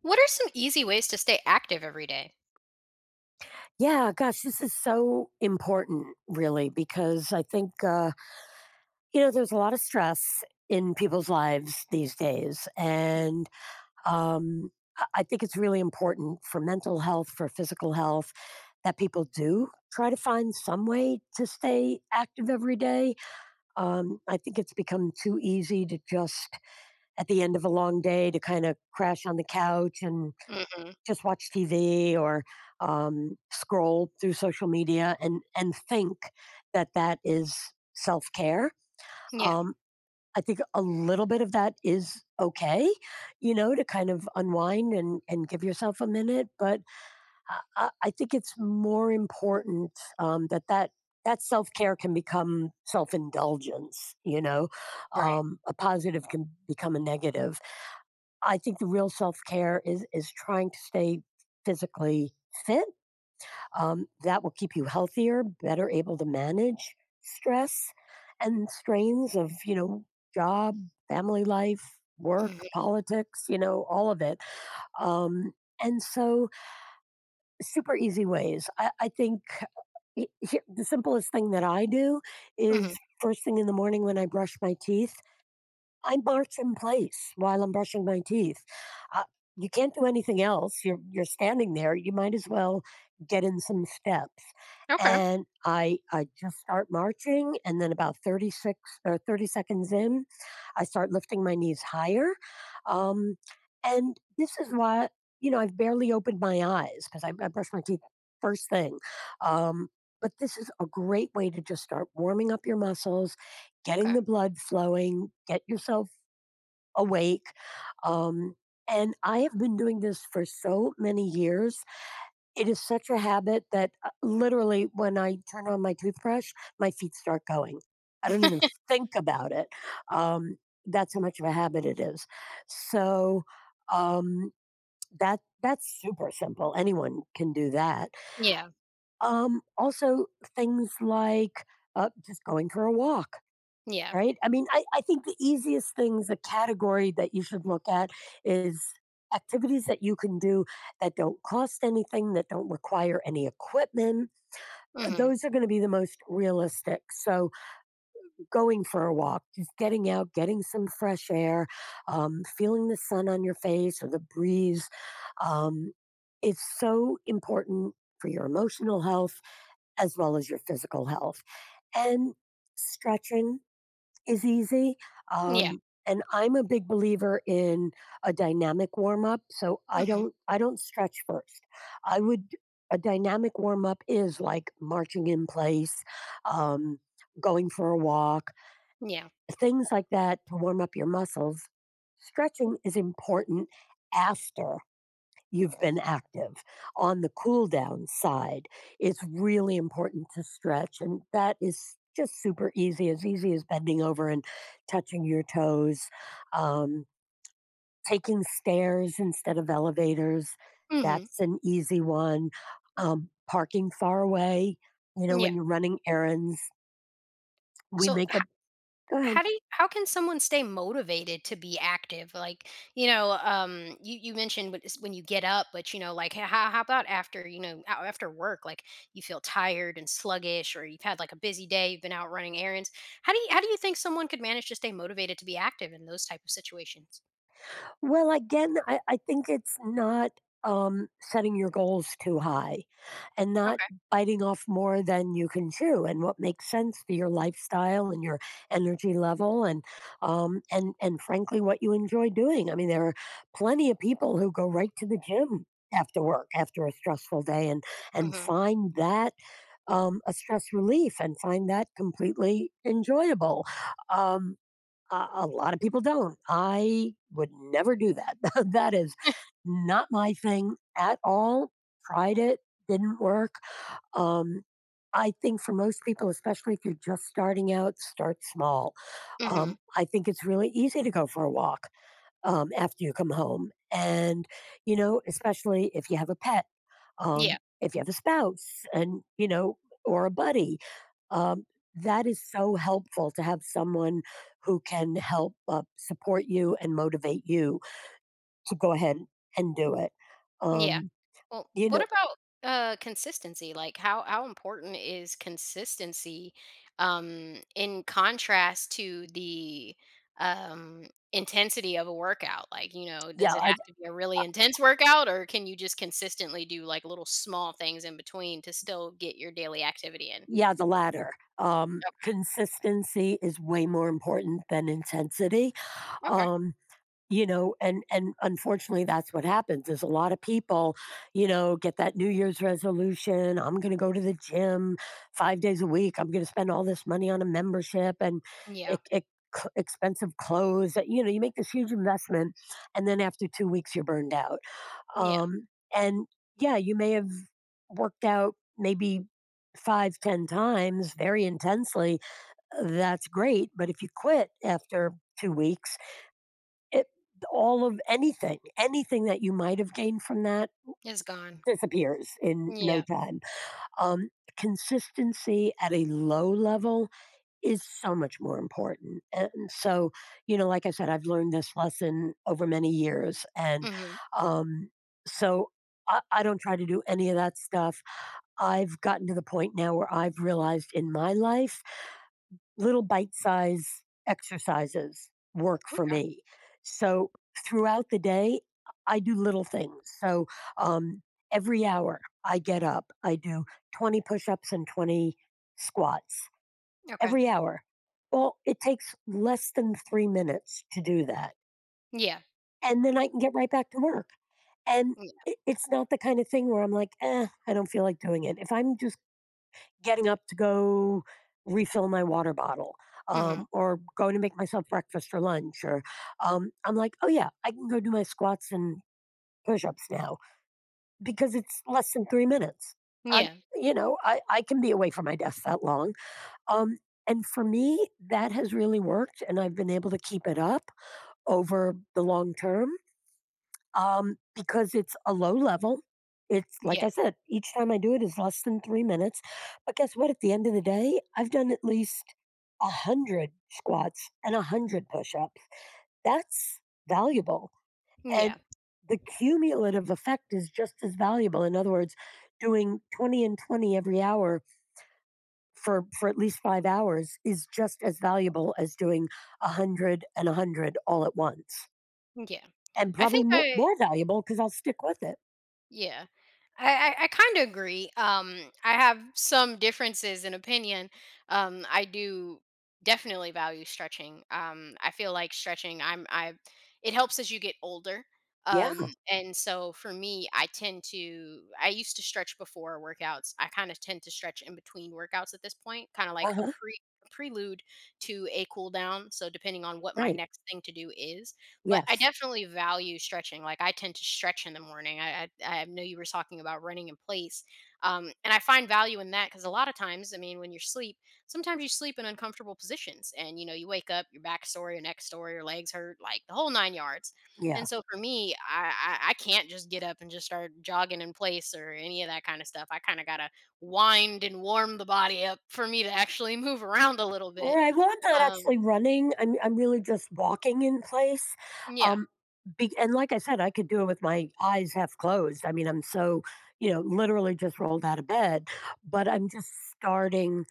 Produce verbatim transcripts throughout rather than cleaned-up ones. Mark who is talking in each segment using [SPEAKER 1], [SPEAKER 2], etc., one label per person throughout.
[SPEAKER 1] What are some easy ways to stay active every day?
[SPEAKER 2] Yeah, gosh, this is so important, really, because I think, uh, you know, there's a lot of stress in people's lives these days. And um, I I think it's really important for mental health, for physical health, that people do try to find some way to stay active every day. Um, I think it's become too easy to just, at the end of a long day, to kind of crash on the couch and
[SPEAKER 1] Hmm.
[SPEAKER 2] just watch T V or, um, scroll through social media and and think that that is self-care.
[SPEAKER 1] Yeah,
[SPEAKER 2] Um, I think a little bit of that is okay, you know, to kind of unwind and and give yourself a minute, but I I I think it's more important, um, that that that self-care can become self-indulgence, you know?
[SPEAKER 1] right.
[SPEAKER 2] Um, a positive can become a negative. I think the real self care is is trying to stay physically fit. Um, that will keep you healthier, better able to manage stress and strains of you know job, family life, work,
[SPEAKER 1] Hmm.
[SPEAKER 2] politics, you know all of it. Um, and so, super easy ways. I, I think he- he- the simplest thing that I do is
[SPEAKER 1] Hmm.
[SPEAKER 2] first thing in the morning when I brush my teeth. I march in place while I'm brushing my teeth. Uh, you can't do anything else. You're you're standing there. You might as well get in some steps.
[SPEAKER 1] Okay.
[SPEAKER 2] And I I just start marching, and then about thirty-six or thirty seconds in, I start lifting my knees higher. Um, and this is why you know I've barely opened my eyes because I, I brush my teeth first thing. Um, but this is a great way to just start warming up your muscles, getting
[SPEAKER 1] Okay.
[SPEAKER 2] the blood flowing, get yourself awake. Um, and I have been doing this for so many years. It is such a habit that uh, literally, when I turn on my toothbrush, my feet start going. I don't even think about it. Um, that's how much of a habit it is. So um, that that's super simple. Anyone can do that.
[SPEAKER 1] Yeah.
[SPEAKER 2] Um, also, things like uh, just going for a walk.
[SPEAKER 1] Yeah.
[SPEAKER 2] Right? I mean, I, I think the easiest things, a category that you should look at, is activities that you can do that don't cost anything, that don't require any equipment.
[SPEAKER 1] Mhm.
[SPEAKER 2] Those are going to be the most realistic. So, going for a walk, just getting out, getting some fresh air, um, feeling the sun on your face or the breeze, um, is so important for your emotional health as well as your physical health. And stretching is easy.
[SPEAKER 1] Yeah.
[SPEAKER 2] Um, and I'm a big believer in a dynamic warm up, so I
[SPEAKER 1] Mhm.
[SPEAKER 2] don't I don't stretch first. I would A dynamic warm up is like marching in place, um, going for a walk,
[SPEAKER 1] Yeah.
[SPEAKER 2] things like that to warm up your muscles. Stretching is important after you've been active. On the cool down side, it's really important to stretch. And that is just super easy, as easy as bending over and touching your toes, um, taking stairs instead of elevators.
[SPEAKER 1] Mhm.
[SPEAKER 2] That's an easy one. Um, parking far away, you know, when
[SPEAKER 1] Yeah.
[SPEAKER 2] you're running errands, we
[SPEAKER 1] So
[SPEAKER 2] make
[SPEAKER 1] h-
[SPEAKER 2] a go ahead.
[SPEAKER 1] how do you, how can someone stay motivated to be active? Like, you know, um you you mentioned when it's- when you get up, but you know, like how how about after, you know, a- after work, like you feel tired and sluggish or you've had like a busy day, you've been out running errands. How do you how do you think someone could manage to stay motivated to be active in those type of situations?
[SPEAKER 2] Well, again, I, I think it's not um, setting your goals too high and not
[SPEAKER 1] Okay.
[SPEAKER 2] biting off more than you can chew and what makes sense to your lifestyle and your energy level and, um, and and frankly, what you enjoy doing. I mean, there are plenty of people who go right to the gym after work after a stressful day and and
[SPEAKER 1] Mhm.
[SPEAKER 2] find that um, a stress relief, and find that completely enjoyable. Um, a a lot of people don't. I would never do that. That is not my thing at all. Tried it, didn't work. Um, I think for most people, especially if you're just starting out, start small. Um,
[SPEAKER 1] Mhm.
[SPEAKER 2] I think it's really easy to go for a walk um, after you come home. And, you know, especially if you have a pet, um,
[SPEAKER 1] Yeah.
[SPEAKER 2] if you have a spouse and you know or a buddy, um, that is so helpful, to have someone who can help uh, support you and motivate you to go ahead and do it
[SPEAKER 1] Yeah.
[SPEAKER 2] um,
[SPEAKER 1] Well,
[SPEAKER 2] you
[SPEAKER 1] what
[SPEAKER 2] know
[SPEAKER 1] about uh consistency? Like how how important is consistency um in contrast to the um intensity of a workout? Like, you know,
[SPEAKER 2] yeah
[SPEAKER 1] does it
[SPEAKER 2] I,
[SPEAKER 1] have to be a
[SPEAKER 2] I-
[SPEAKER 1] really intense workout or can you just consistently do like little small things in between to still get your daily activity in?
[SPEAKER 2] yeah, the latter. Um, consistency is way more important than intensity.
[SPEAKER 1] Okay. Okay.
[SPEAKER 2] Um, You know, and and unfortunately, that's what happens is a lot of people, you know, get that New Year's resolution, "I'm gonna go to the gym five days a week. I'm gonna spend all this money on a membership and e
[SPEAKER 1] Yeah.
[SPEAKER 2] e c expensive clothes." that, You know, you make this huge investment, and then after two weeks, you're burned out.
[SPEAKER 1] Yeah.
[SPEAKER 2] Um, and, yeah, you may have worked out maybe five, ten times very intensely. That's great, but if you quit after two weeks, it all of anything, anything that you might have gained from that
[SPEAKER 1] It's gone.
[SPEAKER 2] disappears in no
[SPEAKER 1] Yeah.
[SPEAKER 2] time. Um, Consistency at a low level is so much more important, and so, you know, like I said, I've learned this lesson over many years, and,
[SPEAKER 1] Mhm.
[SPEAKER 2] um, so I I don't try to do any of that stuff. I've gotten to the point now where I've realized in my life little bite size exercises work for
[SPEAKER 1] Okay.
[SPEAKER 2] me. So throughout the day, I do little things. So um, every hour I get up, I do twenty push ups and twenty squats
[SPEAKER 1] Okay.
[SPEAKER 2] every hour. Well, it takes less than three minutes to do that.
[SPEAKER 1] Yeah.
[SPEAKER 2] And then I can get right back to work. And
[SPEAKER 1] Yeah.
[SPEAKER 2] i- it's not the kind of thing where I'm like, eh, I don't feel like doing it. If I'm just getting up to go refill my water bottle, um,
[SPEAKER 1] Mhm.
[SPEAKER 2] or going to make myself breakfast or lunch, or um, i'm like, oh yeah, I can go do my squats and push-ups now because it's less than three minutes. i
[SPEAKER 1] Yeah.
[SPEAKER 2] you know I, I can be away from my desk that long, um, and for me that has really worked, and I've been able to keep it up over the long term, um, because it's a low level. It's like
[SPEAKER 1] Yeah.
[SPEAKER 2] I said, each time I do it is less than three minutes. But guess what? At the end of the day, I've done at least a hundred squats and a hundred push-ups. That's valuable, and
[SPEAKER 1] Yeah,
[SPEAKER 2] the cumulative effect is just as valuable. In other words, doing twenty and twenty every hour for for at least five hours is just as valuable as doing a hundred and a hundred all at once,
[SPEAKER 1] yeah.
[SPEAKER 2] and
[SPEAKER 1] I
[SPEAKER 2] probably
[SPEAKER 1] think
[SPEAKER 2] more
[SPEAKER 1] I
[SPEAKER 2] more valuable because I'll stick with it.
[SPEAKER 1] yeah. I I, I kind of agree. Um I have some differences in opinion. Um I do definitely value stretching. Um I feel like stretching I'm I it helps as you get older.
[SPEAKER 2] Yeah.
[SPEAKER 1] Um and so for me I tend to I used to stretch before workouts. I kind of tend to stretch in between workouts at this point, kind of like a
[SPEAKER 2] Uh-huh.
[SPEAKER 1] pre prelude to a cool down, so depending on what my
[SPEAKER 2] Right.
[SPEAKER 1] next thing to do is. But I
[SPEAKER 2] Yes.
[SPEAKER 1] definitely value stretching. Like, I tend to stretch in the morning. I I I know you were talking about running in place, um, and I find value in that because a lot of times, I mean, when you're asleep, sometimes you sleep in uncomfortable positions and, you know, you wake up, your back sore, your neck sore, your legs hurt, like, the whole nine yards,
[SPEAKER 2] Yeah.
[SPEAKER 1] and so for me, I I I can't just get up and just start jogging in place or any of that kinda stuff. I kinda gotta wind and warm the body up for me to actually move around a little bit,
[SPEAKER 2] Right. Well, I'm not
[SPEAKER 1] um
[SPEAKER 2] actually running. I'm I'm really just walking in place.
[SPEAKER 1] yeah,
[SPEAKER 2] Um be, and, like I said, I could do it with my eyes half closed. I mean, I'm so, you know, literally just rolled out of bed, but I'm just starting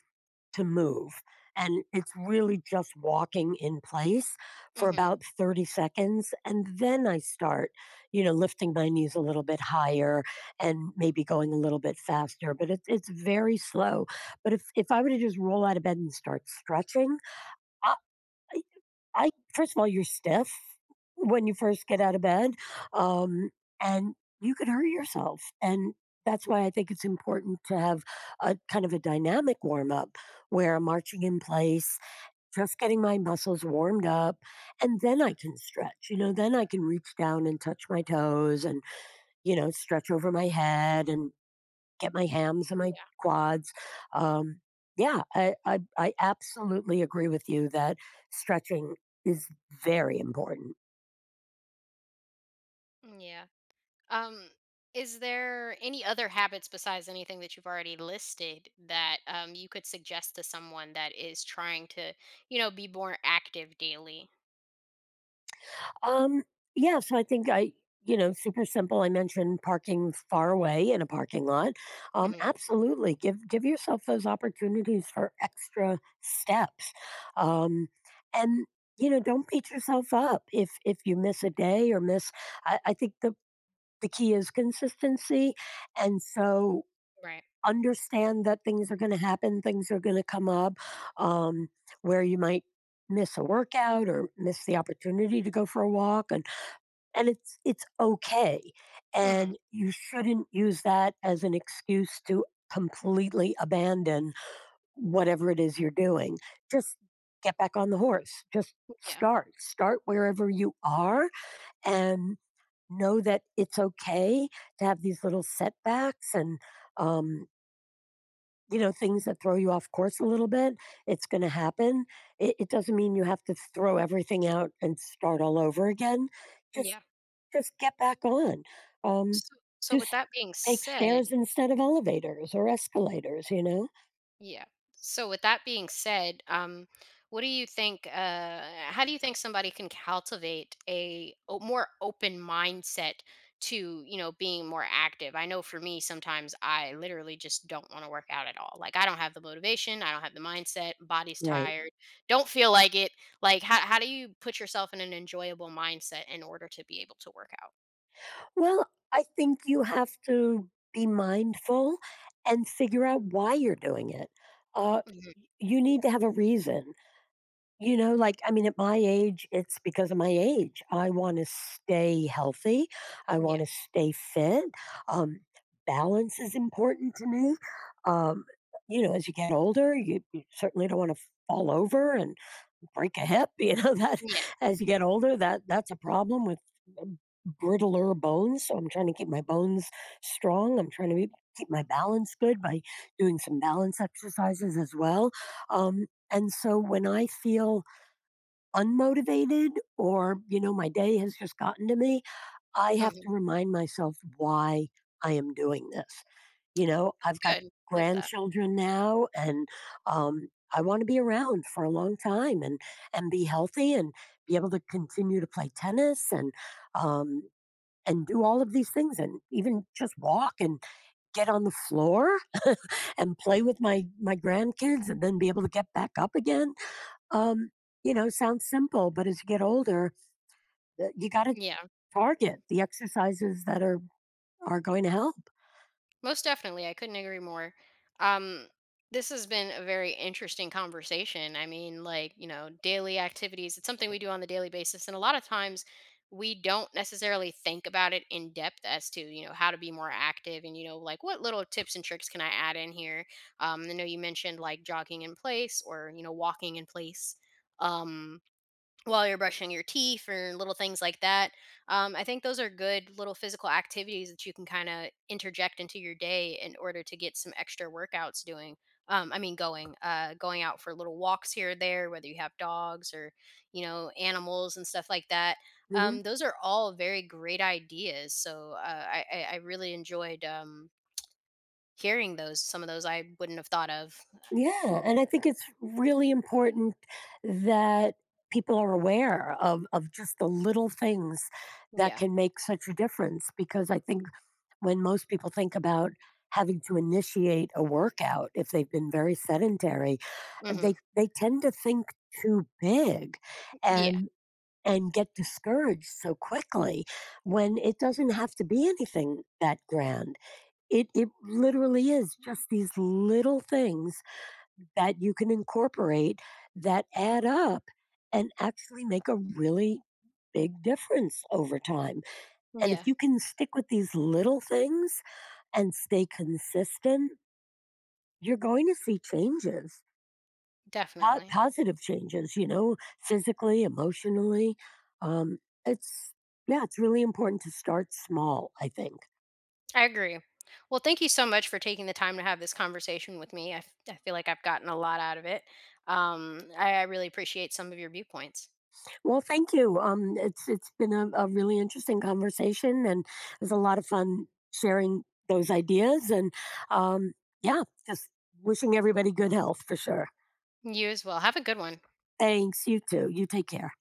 [SPEAKER 2] to move. And it's really just walking in place for
[SPEAKER 1] mhm,
[SPEAKER 2] about thirty seconds. And then I start, you know, lifting my knees a little bit higher and maybe going a little bit faster. But it's, it's very slow. But if, if I were to just roll out of bed and start stretching, I, I first of all, you're stiff when you first get out of bed, um, and you could hurt yourself, and that's why I think it's important to have a kind of a dynamic warm up where I'm marching in place, just getting my muscles warmed up, and then I can stretch. You know, then I can reach down and touch my toes, and you know, stretch over my head, and get my hams and my
[SPEAKER 1] yeah,
[SPEAKER 2] quads. Um, yeah, I, I, I absolutely agree with you that stretching is very important.
[SPEAKER 1] yeah. Um, is there any other habits besides anything that you've already listed that um, you could suggest to someone that is trying to, you know, be more active daily?
[SPEAKER 2] Um, yeah, so I think, I, you know, super simple. I mentioned parking far away in a parking lot. Um,
[SPEAKER 1] Hmm.
[SPEAKER 2] absolutely, give give yourself those opportunities for extra steps, um, and you know, don't beat yourself up if if you miss a day or miss. I, I think the the key is consistency, and so
[SPEAKER 1] Right.
[SPEAKER 2] understand that things are gonna happen, things are gonna come up, um, where you might miss a workout or miss the opportunity to go for a walk, and and it's it's okay,
[SPEAKER 1] Hmm.
[SPEAKER 2] and you shouldn't use that as an excuse to completely abandon whatever it is you're doing. Just get back on the horse, just
[SPEAKER 1] Yeah.
[SPEAKER 2] start. Start wherever you are and know that it's okay to have these little setbacks and, um, you know, things that throw you off course a little bit. It's going to happen. It, it doesn't mean you have to throw everything out and start all over again. Just,
[SPEAKER 1] Yeah.
[SPEAKER 2] just get back on. Um,
[SPEAKER 1] So, so with
[SPEAKER 2] just
[SPEAKER 1] that being
[SPEAKER 2] take
[SPEAKER 1] said,
[SPEAKER 2] stairs instead of elevators or escalators. You know,
[SPEAKER 1] Yeah. So with that being said, um, what do you think? Uh, how do you think somebody can cultivate a o- more open mindset to, you know, being more active? I know for me, sometimes I literally just don't want to work out at all. Like I don't have the motivation, I don't have the mindset, body's
[SPEAKER 2] right?
[SPEAKER 1] tired, don't feel like it. Like how how do you put yourself in an enjoyable mindset in order to be able to work out?
[SPEAKER 2] Well, I think you have to be mindful and figure out why you're doing it. Uh,
[SPEAKER 1] Mhm.
[SPEAKER 2] you need to have a reason. You know, like, I mean, at my age, it's because of my age. I want to stay healthy. I want
[SPEAKER 1] Yeah.
[SPEAKER 2] to stay fit. Um, Balance is important to me. Um, you know, as you get older, you, you certainly don't want to fall over and break a hip. You know that
[SPEAKER 1] Yeah.
[SPEAKER 2] as you get older, that that's a problem with brittler bones. So I'm trying to keep my bones strong. I'm trying to be, keep my balance good by doing some balance exercises as well. Um, and so when I feel unmotivated, or, you know, my day has just gotten to me, I have
[SPEAKER 1] Hmm.
[SPEAKER 2] to remind myself why I am doing this. You know, I've got
[SPEAKER 1] Good. Like that.
[SPEAKER 2] grandchildren now, and um, I want to be around for a long time, and and be healthy, and be able to continue to play tennis, and um, and do all of these things, and even just walk and get on the floor and play with my my grandkids and then be able to get back up again. Um, you know, sounds simple, but as you get older, uh, You got to
[SPEAKER 1] Yeah.
[SPEAKER 2] target the exercises that are are going to help.
[SPEAKER 1] Most definitely. I couldn't agree more. Um, this has been a very interesting conversation. I mean, like, you know, daily activities, it's something we do on the daily basis. And a lot of times we don't necessarily think about it in depth as to, you know, how to be more active and, you know, like what little tips and tricks can I add in here? Um, I know you mentioned like jogging in place or, you know, walking in place. Um, while you're brushing your teeth or little things like that. Um, I think those are good little physical activities that you can kind of interject into your day in order to get some extra workouts doing. Um, I mean, going, uh, going out for little walks here or there, whether you have dogs or, you know, animals and stuff like that.
[SPEAKER 2] Mhm.
[SPEAKER 1] Um, those are all very great ideas. So uh, I, I I really enjoyed um, hearing those. Some of those I wouldn't have thought of.
[SPEAKER 2] Yeah, and I think it's really important that people are aware of of just the little things that
[SPEAKER 1] Yeah.
[SPEAKER 2] can make such a difference, because I think when most people think about having to initiate a workout if they've been very sedentary,
[SPEAKER 1] Hmm.
[SPEAKER 2] they they tend to think too big,
[SPEAKER 1] Yeah.
[SPEAKER 2] and and get discouraged so quickly, when it doesn't have to be anything that grand. It it literally is just these little things that you can incorporate, that add up and actually make a really big difference over time. And if
[SPEAKER 1] Yeah.
[SPEAKER 2] you can stick with these little things and stay consistent, you're going to see changes, po-
[SPEAKER 1] Definitely.
[SPEAKER 2] positive changes, you know, physically, emotionally. Um, it's, yeah, it's really important to start small, I think.
[SPEAKER 1] I agree. Well, thank you so much for taking the time to have this conversation with me. I, f- I feel like I've gotten a lot out of it. Um, I, I really appreciate some of your viewpoints.
[SPEAKER 2] Well, thank you. Um, it's it's been a, a really interesting conversation, and it was a lot of fun sharing those ideas. And um, yeah, just wishing everybody good health for sure.
[SPEAKER 1] You as well. Have a good one.
[SPEAKER 2] Thanks. You too. You take care.